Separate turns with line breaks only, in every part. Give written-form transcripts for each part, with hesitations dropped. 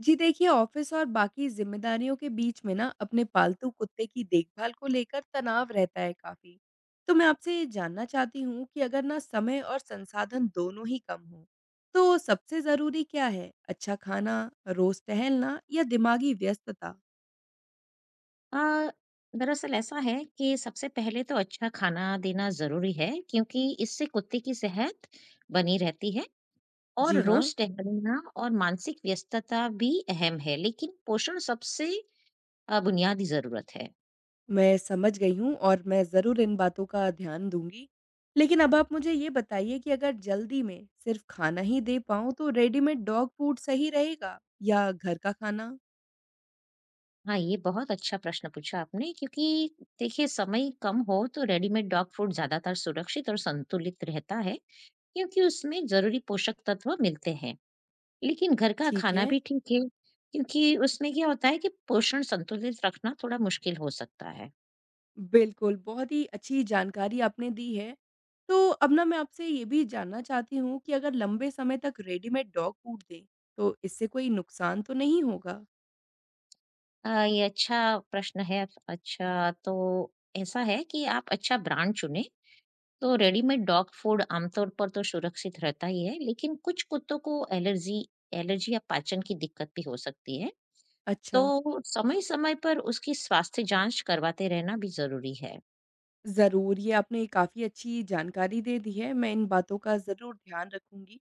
जी देखिए, ऑफिस और बाकी जिम्मेदारियों के बीच में ना अपने पालतू कुत्ते की देखभाल को लेकर तनाव रहता है काफी। तो मैं आपसे ये जानना चाहती हूँ कि अगर ना समय और संसाधन दोनों ही कम हो, तो सबसे जरूरी क्या है? अच्छा खाना, रोज टहलना या दिमागी व्यस्तता?
अ, दरअसल ऐसा है कि सबसे पहले तो अच्छा खाना देना जरूरी है क्योंकि इससे कुत्ते की सेहत बनी रहती है।
जी
और
हाँ।
रोज टहलना और मानसिक व्यस्तता भी अहम है, लेकिन पोषण सबसे बुनियादी जरूरत है।
मैं समझ गई हूँ और मैं जरूर इन बातों का ध्यान दूंगी। लेकिन अब आप मुझे ये बताइए कि अगर जल्दी में सिर्फ खाना ही दे पाऊँ, तो रेडीमेड डॉग फूड सही रहेगा या घर का खाना?
हाँ, ये बहुत अच्छा प्रश्न पूछा आपने, क्योंकि देखिए समय कम हो तो रेडीमेड डॉग फूड ज्यादातर सुरक्षित और संतुलित रहता है, क्योंकि उसमें जरूरी पोषक तत्व मिलते हैं। लेकिन घर का
ठीक
खाना
है।
भी ठीक है, क्योंकि उसमें क्या होता है कि पोषण संतुलित रखना थोड़ा मुश्किल हो सकता है।
बिल्कुल, बहुत ही अच्छी जानकारी आपने दी है। तो अब ना मैं आपसे ये भी जानना चाहती हूँ कि अगर लंबे समय तक रेडीमेड डॉग फूड दें, तो इससे कोई नुकसान तो नहीं होगा?
ये अच्छा प्रश्न है। अच्छा, तो ऐसा है कि आप अच्छा ब्रांड चुनें, तो रेडीमेड डॉग फूड आमतौर पर तो सुरक्षित रहता ही है, लेकिन कुछ कुत्तों को एलर्जी एलर्जी या पाचन की दिक्कत भी हो सकती है।
अच्छा,
तो समय-समय पर उसकी स्वास्थ्य जाँच करवाते रहना भी ज़रूरी है।
ज़रूर। ये आपने काफ़ी अच्छी जानकारी दे दी है। मैं इन बातों का ज़रूर ध्यान रखूँगी,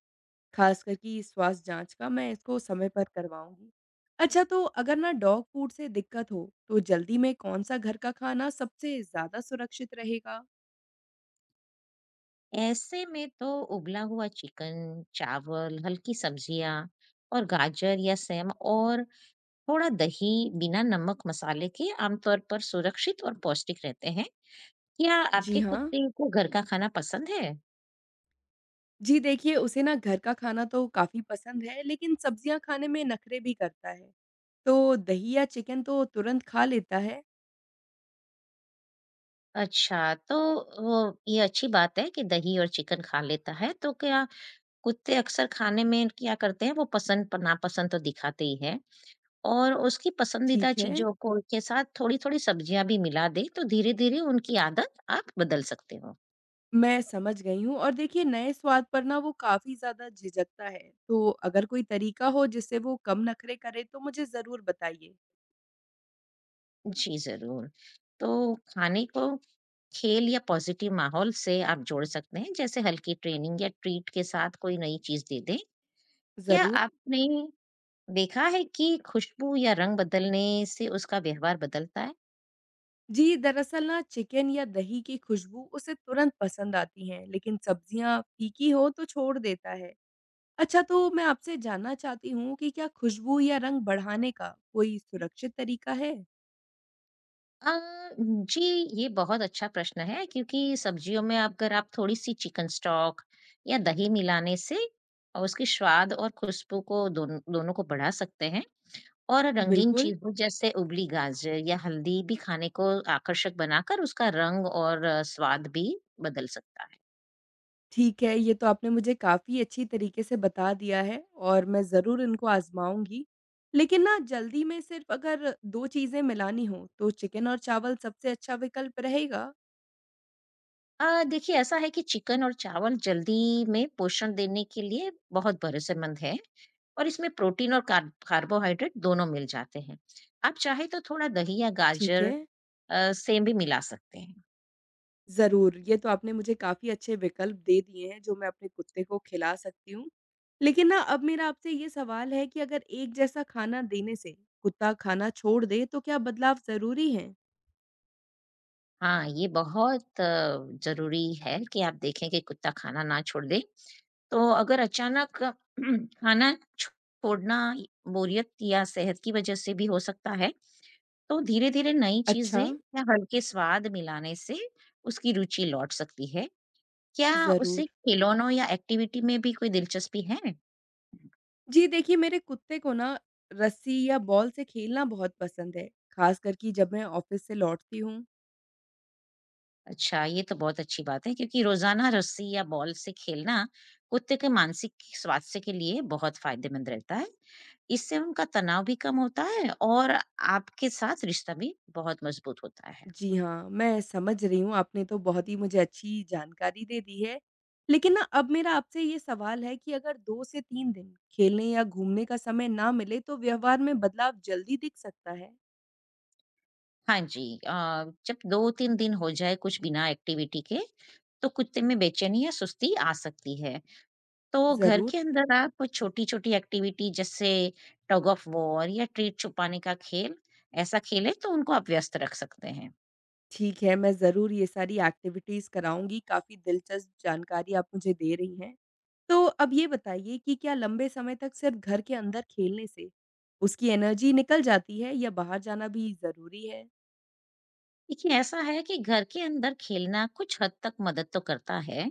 ख़ासकर कि स्वास्थ्य जाँच का मैं इसको समय पर करवाऊँगी। अच्छा, तो अगर ना डॉग फूड से दिक्कत हो, तो जल्दी में कौन-सा घर का खाना सबसे ज़्यादा सुरक्षित रहेगा?
ऐसे में तो उबला हुआ चिकन, चावल, हल्की सब्जियाँ और गाजर या सेम और थोड़ा दही बिना नमक मसाले के आमतौर पर सुरक्षित और पौष्टिक रहते हैं। क्या
जी
आपके
हाँ।
कुत्ते को घर का खाना पसंद है?
जी देखिए, उसे ना घर का खाना तो काफ़ी पसंद है, लेकिन सब्जियाँ खाने में नखरे भी करता है। तो दही या चिकन तो तुरंत खा लेता है।
अच्छा, तो वो ये अच्छी बात है कि दही और चिकन खा लेता है। तो क्या, कुत्ते अक्सर खाने में क्या करते हैं, वो पसंद प नापसंद तो दिखाते ही हैं। और उसकी पसंदीदा
ठीक है,
चीज़ों को के साथ थोड़ी-थोड़ी सब्जियाँ भी मिला दें, तो धीरे-धीरे उनकी आदत आप बदल सकते हो।
मैं समझ गई हूँ और देखिए नए स्वाद पर ना वो काफ़ी ज़्यादा झिझकता है। तो अगर कोई तरीका हो जिससे वो कम नखरे करे, तो मुझे ज़रूर बताइए।
जी, ज़रूर। तो खाने को खेल या पॉज़िटिव माहौल से आप जोड़ सकते हैं, जैसे हल्की ट्रेनिंग या ट्रीट के साथ कोई नई चीज़ दे दें। क्या
ज़रूर।
आपने देखा है कि खुशबू या रंग बदलने से उसका व्यवहार बदलता है?
जी, दरअसल ना चिकन या दही की खुशबू उसे तुरंत पसंद आती है, लेकिन सब्जियाँ फीकी हो तो छोड़ देता है। अच्छा, तो मैं आपसे जानना चाहती हूँ कि क्या खुशबू या रंग बढ़ाने का कोई सुरक्षित तरीका है?
अ, जी, ये बहुत अच्छा प्रश्न है, क्योंकि सब्जियों में अगर आप थोड़ी सी चिकन स्टॉक या दही मिलाने से और उसकी स्वाद और खुशबू को दोनों दोनों को बढ़ा सकते हैं। और रंगीन
बिल्कुल।
चीजों जैसे उबली गाजर या हल्दी भी खाने को आकर्षक बनाकर उसका रंग और स्वाद भी बदल सकता है।
ठीक है, ये तो आपने मुझे काफ़ी अच्छी तरीके से बता दिया है और मैं ज़रूर इनको आज़माऊँगी। लेकिन ना जल्दी में सिर्फ़ अगर 2 चीज़ें मिलानी हों, तो चिकन और चावल सबसे अच्छा विकल्प रहेगा?
देखिए ऐसा है कि चिकन और चावल जल्दी में पोषण देने के लिए बहुत भरोसेमंद है और इसमें प्रोटीन और कार्बोहाइड्रेट दोनों मिल जाते हैं। आप चाहे तो थोड़ा दही या
ठीक
गाजर
है।
सेम भी मिला सकते हैं।
ज़रूर, ये तो आपने मुझे काफ़ी अच्छे विकल्प दे दिए हैं, जो मैं अपने कुत्ते को खिला सकती हूँ। लेकिन ना अब मेरा आपसे ये सवाल है कि अगर एक जैसा खाना देने से कुत्ता खाना छोड़ दे, तो क्या बदलाव ज़रूरी हैं?
हाँ, ये बहुत जरूरी है कि आप देखें कि कुत्ता खाना ना छोड़ दे। तो अगर अचानक खाना छोड़ना बोरियत या सेहत की वजह से भी हो सकता है, तो धीरे-धीरे नई चीज़ें
अच्छा।
या हल्के स्वाद मिलाने से उसकी रुचि लौट सकती है। क्या उसे
जरूर।
खिलौनों या एक्टिविटी में भी कोई दिलचस्पी है?
जी देखिए, मेरे कुत्ते को ना रस्सी या बॉल से खेलना बहुत पसंद है, खासकर कि जब मैं ऑफिस से लौटती हूँ।
अच्छा, ये तो बहुत अच्छी बात है, क्योंकि रोज़ाना रस्सी या बॉल से खेलना कुत्ते के मानसिक स्वास्थ्य के लिए बहुत फ़ायदेमंद रहता है। इससे उनका तनाव भी कम होता है और आपके साथ रिश्ता भी बहुत मज़बूत होता है।
जी हाँ, मैं समझ रही हूँ। आपने तो बहुत ही मुझे अच्छी जानकारी दे दी है। लेकिन ना अब मेरा आपसे ये सवाल है कि अगर दो से तीन दिन खेलने या घूमने का समय ना मिले, तो व्यवहार में बदलाव जल्दी दिख सकता है?
हाँ जी, जब 2-3 दिन हो जाए कुछ बिना एक्टिविटी के, तो कुत्ते में बेचैनी या सुस्ती आ सकती है। तो घर
जरूर।
के अंदर आप छोटी-छोटी एक्टिविटी जैसे टग ऑफ वॉर या ट्रीट छुपाने का खेल, ऐसा खेलें तो उनको आप व्यस्त रख सकते हैं।
ठीक है, मैं ज़रूर ये सारी एक्टिविटीज़ कराऊँगी, काफ़ी दिलचस्प जानकारी आप मुझे दे रही हैं। तो अब ये बताइए कि क्या लंबे समय तक सिर्फ घर के अंदर खेलने से उसकी एनर्जी निकल जाती है या बाहर जाना भी ज़रूरी है?
देखिए ऐसा है कि घर के अंदर खेलना कुछ हद तक मदद तो करता है,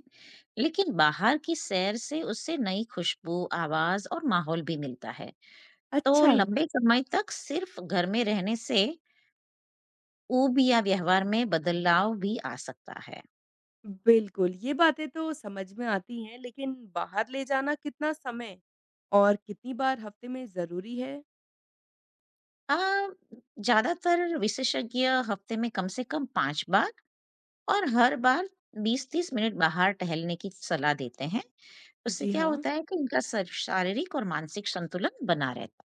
लेकिन बाहर की सैर से उससे नई खुशबू, आवाज और माहौल भी मिलता है। तो
अच्छा,
लंबे समय तक सिर्फ घर में रहने से ऊब या व्यवहार में बदलाव भी आ सकता है।
बिल्कुल, ये बातें तो समझ में आती हैं, लेकिन बाहर ले जाना कितना समय और कितनी बार हफ़्ते में ज़रूरी है?
अ, ज्यादातर विशेषज्ञ हफ्ते में कम से कम 5 बार और हर बार 20-30 मिनट बाहर टहलने की सलाह देते हैं। उससे
जी
क्या
हाँ।
होता है कि उनका सर शारीरिक और मानसिक संतुलन बना रहता है।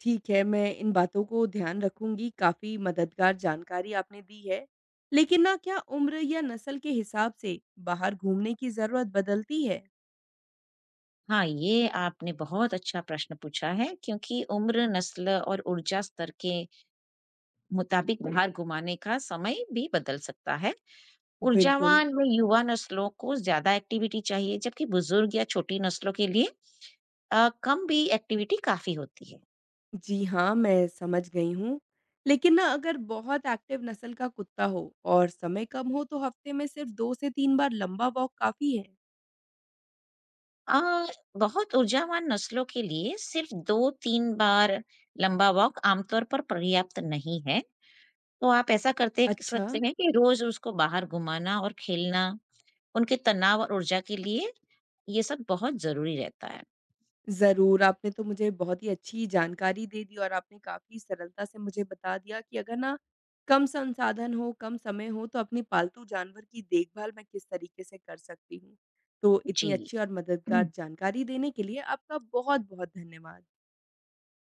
ठीक है, मैं इन बातों को ध्यान रखूँगी, काफ़ी मददगार जानकारी आपने दी है। लेकिन ना क्या उम्र या नस्ल के हिसाब से बाहर घूमने की ज़रूरत बदलती है?
हाँ, ये आपने बहुत अच्छा प्रश्न पूछा है, क्योंकि उम्र, नस्ल और ऊर्जा स्तर के मुताबिक बाहर घुमाने का समय भी बदल सकता है।
बिल्कुल।
ऊर्जावान व युवा नस्लों को ज़्यादा एक्टिविटी चाहिए, जबकि बुजुर्ग या छोटी नस्लों के लिए कम भी एक्टिविटी काफ़ी होती है।
जी हाँ, मैं समझ गई हूँ। लेकिन ना अगर बहुत एक्टिव नस्ल का कुत्ता हो और समय कम हो, तो हफ्ते में सिर्फ 2 से 3 बार लंबा वॉक काफ़ी है?
अ, बहुत ऊर्जावान नस्लों के लिए सिर्फ 2-3 बार लंबा वॉक आमतौर पर पर्याप्त नहीं है। तो आप ऐसा करते
अच्छा।
सकते हैं कि रोज़ उसको बाहर घुमाना और खेलना, उनके तनाव और ऊर्जा के लिए ये सब बहुत ज़रूरी रहता है।
ज़रूर, आपने तो मुझे बहुत ही अच्छी जानकारी दे दी और आपने काफ़ी सरलता से मुझे बता दिया कि अगर ना कम संसाधन हो, कम समय हो, तो अपने पालतू जानवर की देखभाल मैं किस तरीके से कर सकती हूँ। तो
जी।
इतनी अच्छी और मददगार जानकारी देने के लिए आपका बहुत-बहुत धन्यवाद।